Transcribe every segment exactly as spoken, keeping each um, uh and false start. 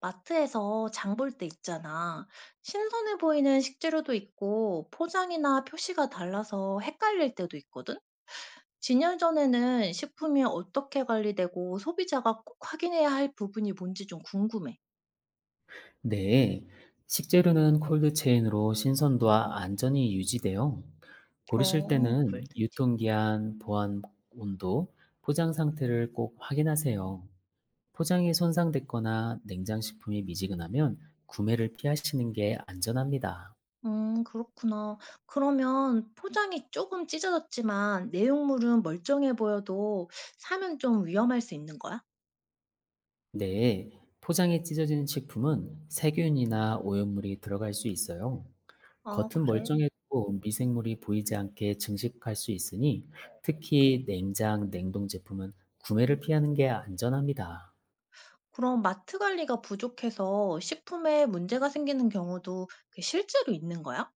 마트에서 장볼 때 있잖아. 신선해 보이는 식재료도 있고 포장이나 표시가 달라서 헷갈릴 때도 있거든. 진열 전에는 식품이 어떻게 관리되고 소비자가 꼭 확인해야 할 부분이 뭔지 좀 궁금해. 네, 식재료는 콜드체인으로 신선도와 안전이 유지되어 고르실 어, 때는 콜드체. 유통기한, 보관 온도, 포장 상태를 꼭 확인하세요. 포장이 손상됐거나 냉장식품이 미지근하면 구매를 피하시는 게 안전합니다. 음, 그렇구나. 그러면 포장이 조금 찢어졌지만 내용물은 멀쩡해 보여도 사면 좀 위험할 수 있는 거야? 네, 포장이 찢어진 식품은 세균이나 오염물이 들어갈 수 있어요. 아, 겉은 그래. 멀쩡해도 미생물이 보이지 않게 증식할 수 있으니 특히 냉장, 냉동 제품은 구매를 피하는 게 안전합니다. 그럼 마트 관리가 부족해서 식품에 문제가 생기는 경우도 그 실제로 있는 거야?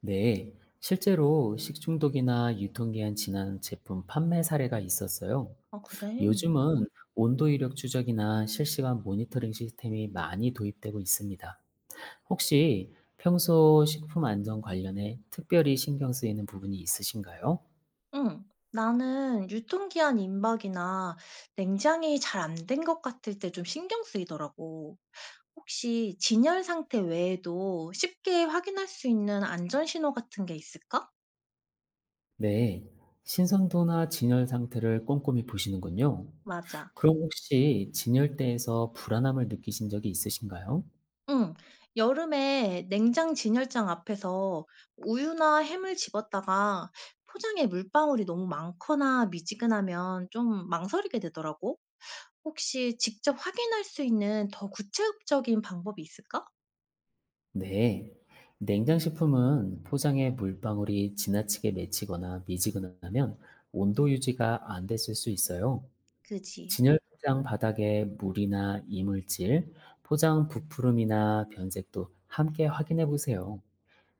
네, 실제로 식중독이나 유통기한 지난 제품 판매 사례가 있었어요. 아, 그래? 요즘은 온도 이력 추적이나 실시간 모니터링 시스템이 많이 도입되고 있습니다. 혹시 평소 식품 안전 관련해 특별히 신경 쓰이는 부분이 있으신가요? 응. 나는 유통기한 임박이나 냉장이 잘 안 된 것 같을 때 좀 신경 쓰이더라고. 혹시 진열 상태 외에도 쉽게 확인할 수 있는 안전 신호 같은 게 있을까? 네, 신선도나 진열 상태를 꼼꼼히 보시는군요. 맞아. 그럼 혹시 진열대에서 불안함을 느끼신 적이 있으신가요? 응. 여름에 냉장 진열장 앞에서 우유나 햄을 집었다가 포장에 물방울이 너무 많거나 미지근하면 좀 망설이게 되더라고. 혹시 직접 확인할 수 있는 더 구체적인 방법이 있을까? 네, 냉장식품은 포장에 물방울이 지나치게 맺히거나 미지근하면 온도 유지가 안 됐을 수 있어요. 그지. 진열 포장 바닥에 물이나 이물질, 포장 부푸름이나 변색도 함께 확인해 보세요.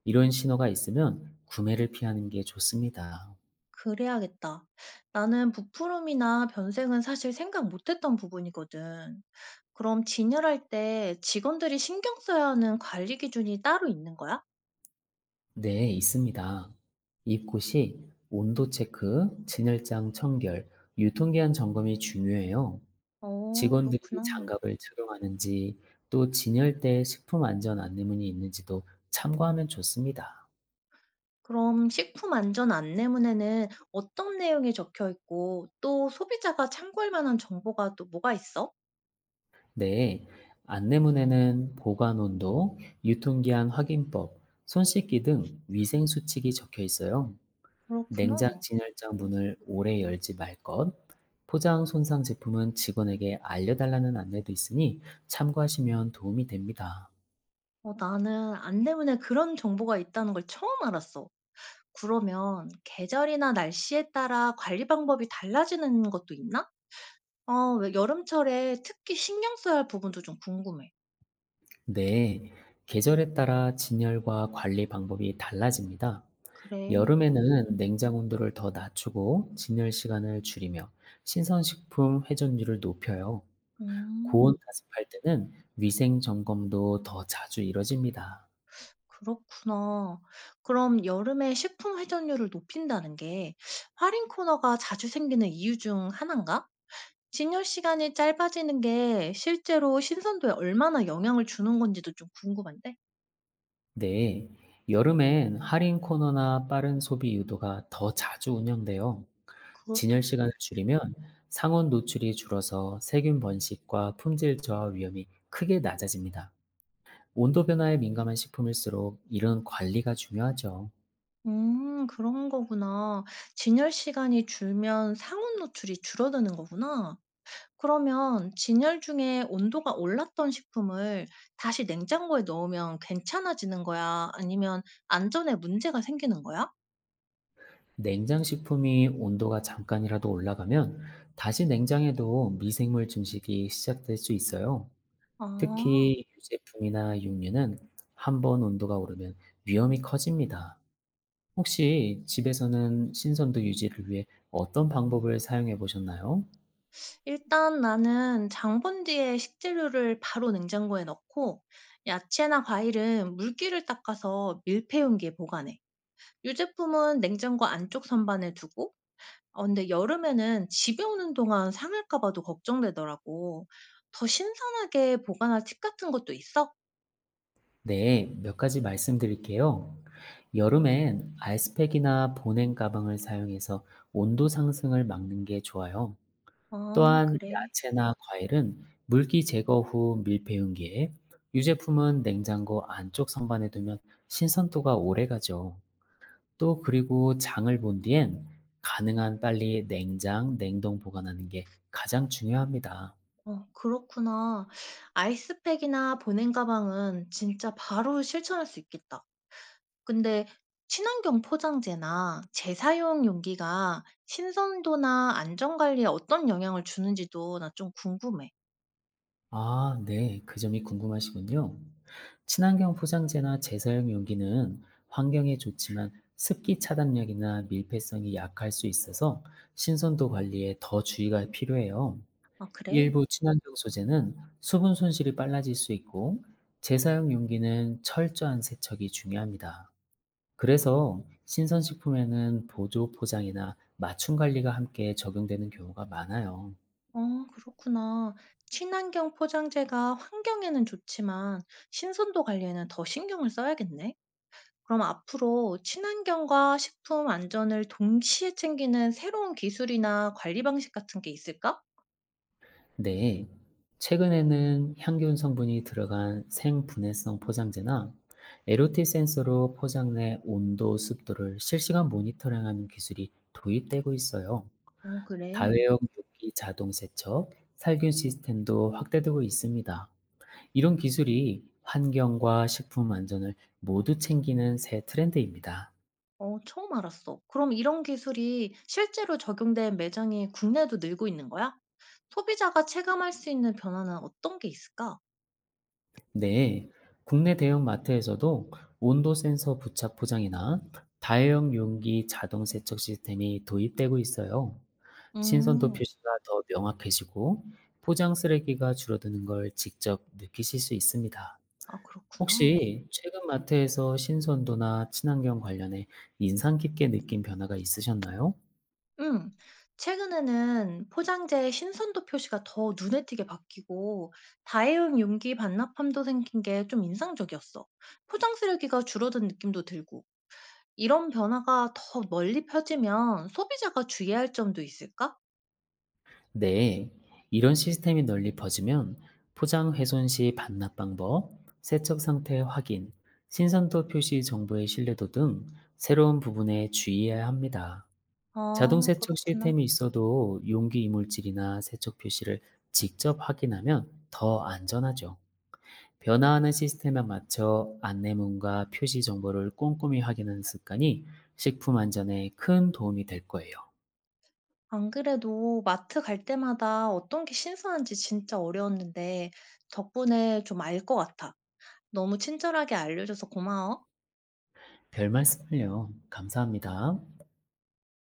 이런 신호가 있으면 구매를 피하는 게 좋습니다. 그래야겠다. 나는 부풀음이나 변색은 사실 생각 못했던 부분이거든. 그럼 진열할 때 직원들이 신경 써야 하는 관리 기준이 따로 있는 거야? 네, 있습니다. 입곳이 온도 체크, 진열장 청결, 유통기한 점검이 중요해요. 어, 직원들이 그렇구나. 장갑을 착용하는지, 또 진열대에 식품 안전 안내문이 있는지도 참고하면 좋습니다. 그럼 식품 안전 안내문에는 어떤 내용이 적혀 있고 또 소비자가 참고할 만한 정보가 또 뭐가 있어? 네, 안내문에는 보관 온도, 유통기한 확인법, 손 씻기 등 위생 수칙이 적혀 있어요. 그렇구나. 냉장 진열장 문을 오래 열지 말 것, 포장 손상 제품은 직원에게 알려달라는 안내도 있으니 참고하시면 도움이 됩니다. 어, 나는 안내문에 그런 정보가 있다는 걸 처음 알았어. 그러면 계절이나 날씨에 따라 관리 방법이 달라지는 것도 있나? 어, 왜 여름철에 특히 신경 써야 할 부분도 좀 궁금해. 네, 계절에 따라 진열과 관리 방법이 달라집니다. 그래. 여름에는 냉장 온도를 더 낮추고 진열 시간을 줄이며 신선식품 회전율을 높여요. 고온 음. 가습할 때는 위생 점검도 더 자주 이뤄집니다. 그렇구나. 그럼 여름에 식품 회전율을 높인다는 게 할인 코너가 자주 생기는 이유 중 하나인가? 진열 시간이 짧아지는 게 실제로 신선도에 얼마나 영향을 주는 건지도 좀 궁금한데? 네, 여름엔 할인 코너나 빠른 소비 유도가 더 자주 운영돼요. 진열 시간을 그렇더라고. 줄이면 상온 노출이 줄어서 세균 번식과 품질 저하 위험이 크게 낮아집니다. 온도 변화에 민감한 식품일수록 이런 관리가 중요하죠. 음, 그런 거구나. 진열 시간이 줄면 상온 노출이 줄어드는 거구나. 그러면 진열 중에 온도가 올랐던 식품을 다시 냉장고에 넣으면 괜찮아지는 거야? 아니면 안전에 문제가 생기는 거야? 냉장 식품이 온도가 잠깐이라도 올라가면 다시 냉장에도 미생물 증식이 시작될 수 있어요. 아. 특히 유제품이나 육류는 한번 온도가 오르면 위험이 커집니다. 혹시 집에서는 신선도 유지를 위해 어떤 방법을 사용해 보셨나요? 일단 나는 장본 뒤에 식재료를 바로 냉장고에 넣고 야채나 과일은 물기를 닦아서 밀폐 용기에 보관해. 유제품은 냉장고 안쪽 선반에 두고 어 근데 여름에는 집에 오는 동안 상할까 봐도 걱정되더라고. 더 신선하게 보관할 팁 같은 것도 있어? 네, 몇 가지 말씀드릴게요. 여름엔 아이스팩이나 보냉 가방을 사용해서 온도 상승을 막는 게 좋아요. 아 또한 그래. 야채나 과일은 물기 제거 후 밀폐용기에, 유제품은 냉장고 안쪽 선반에 두면 신선도가 오래 가죠. 또 그리고 장을 본 뒤엔 가능한 빨리 냉장, 냉동 보관하는 게 가장 중요합니다. 어 그렇구나. 아이스팩이나 보냉 가방은 진짜 바로 실천할 수 있겠다. 근데 친환경 포장재나 재사용 용기가 신선도나 안전 관리에 어떤 영향을 주는지도 나 좀 궁금해. 아, 네. 그 점이 궁금하시군요. 친환경 포장재나 재사용 용기는 환경에 좋지만 습기 차단력이나 밀폐성이 약할 수 있어서 신선도 관리에 더 주의가 필요해요. 아, 그래? 일부 친환경 소재는 수분 손실이 빨라질 수 있고 재사용 용기는 철저한 세척이 중요합니다. 그래서 신선식품에는 보조 포장이나 맞춤 관리가 함께 적용되는 경우가 많아요. 어, 그렇구나. 친환경 포장재가 환경에는 좋지만 신선도 관리에는 더 신경을 써야겠네. 그럼 앞으로 친환경과 식품 안전을 동시에 챙기는 새로운 기술이나 관리 방식 같은 게 있을까? 네. 최근에는 향균 성분이 들어간 생분해성 포장재나 엘오티 센서로 포장 내 온도, 습도를 실시간 모니터링하는 기술이 도입되고 있어요. 어, 그래. 다회용 용기 자동 세척, 살균 시스템도 확대되고 있습니다. 이런 기술이 환경과 식품 안전을 모두 챙기는 새 트렌드입니다. 어 처음 알았어. 그럼 이런 기술이 실제로 적용된 매장이 국내도 늘고 있는 거야? 소비자가 체감할 수 있는 변화는 어떤 게 있을까? 네, 국내 대형 마트에서도 온도 센서 부착 포장이나 다회용 용기 자동 세척 시스템이 도입되고 있어요. 신선도 음. 표시가 더 명확해지고 포장 쓰레기가 줄어드는 걸 직접 느끼실 수 있습니다. 아 그렇구나. 혹시 최근 마트에서 신선도나 친환경 관련해 인상 깊게 느낀 변화가 있으셨나요? 음. 최근에는 포장재의 신선도 표시가 더 눈에 띄게 바뀌고 다회용 용기 반납함도 생긴 게 좀 인상적이었어. 포장 쓰레기가 줄어든 느낌도 들고. 이런 변화가 더 멀리 퍼지면 소비자가 주의할 점도 있을까? 네, 이런 시스템이 널리 퍼지면 포장 훼손 시 반납 방법, 세척 상태 확인, 신선도 표시 정보의 신뢰도 등 새로운 부분에 주의해야 합니다. 자동 아 세척 그렇구나. 시스템이 있어도 용기 이물질이나 세척 표시를 직접 확인하면 더 안전하죠. 변화하는 시스템에 맞춰 안내문과 표시 정보를 꼼꼼히 확인하는 습관이 식품 안전에 큰 도움이 될 거예요. 안 그래도 마트 갈 때마다 어떤 게 신선한지 진짜 어려웠는데 덕분에 좀 알 것 같아. 너무 친절하게 알려줘서 고마워. 별 말씀을요. 감사합니다.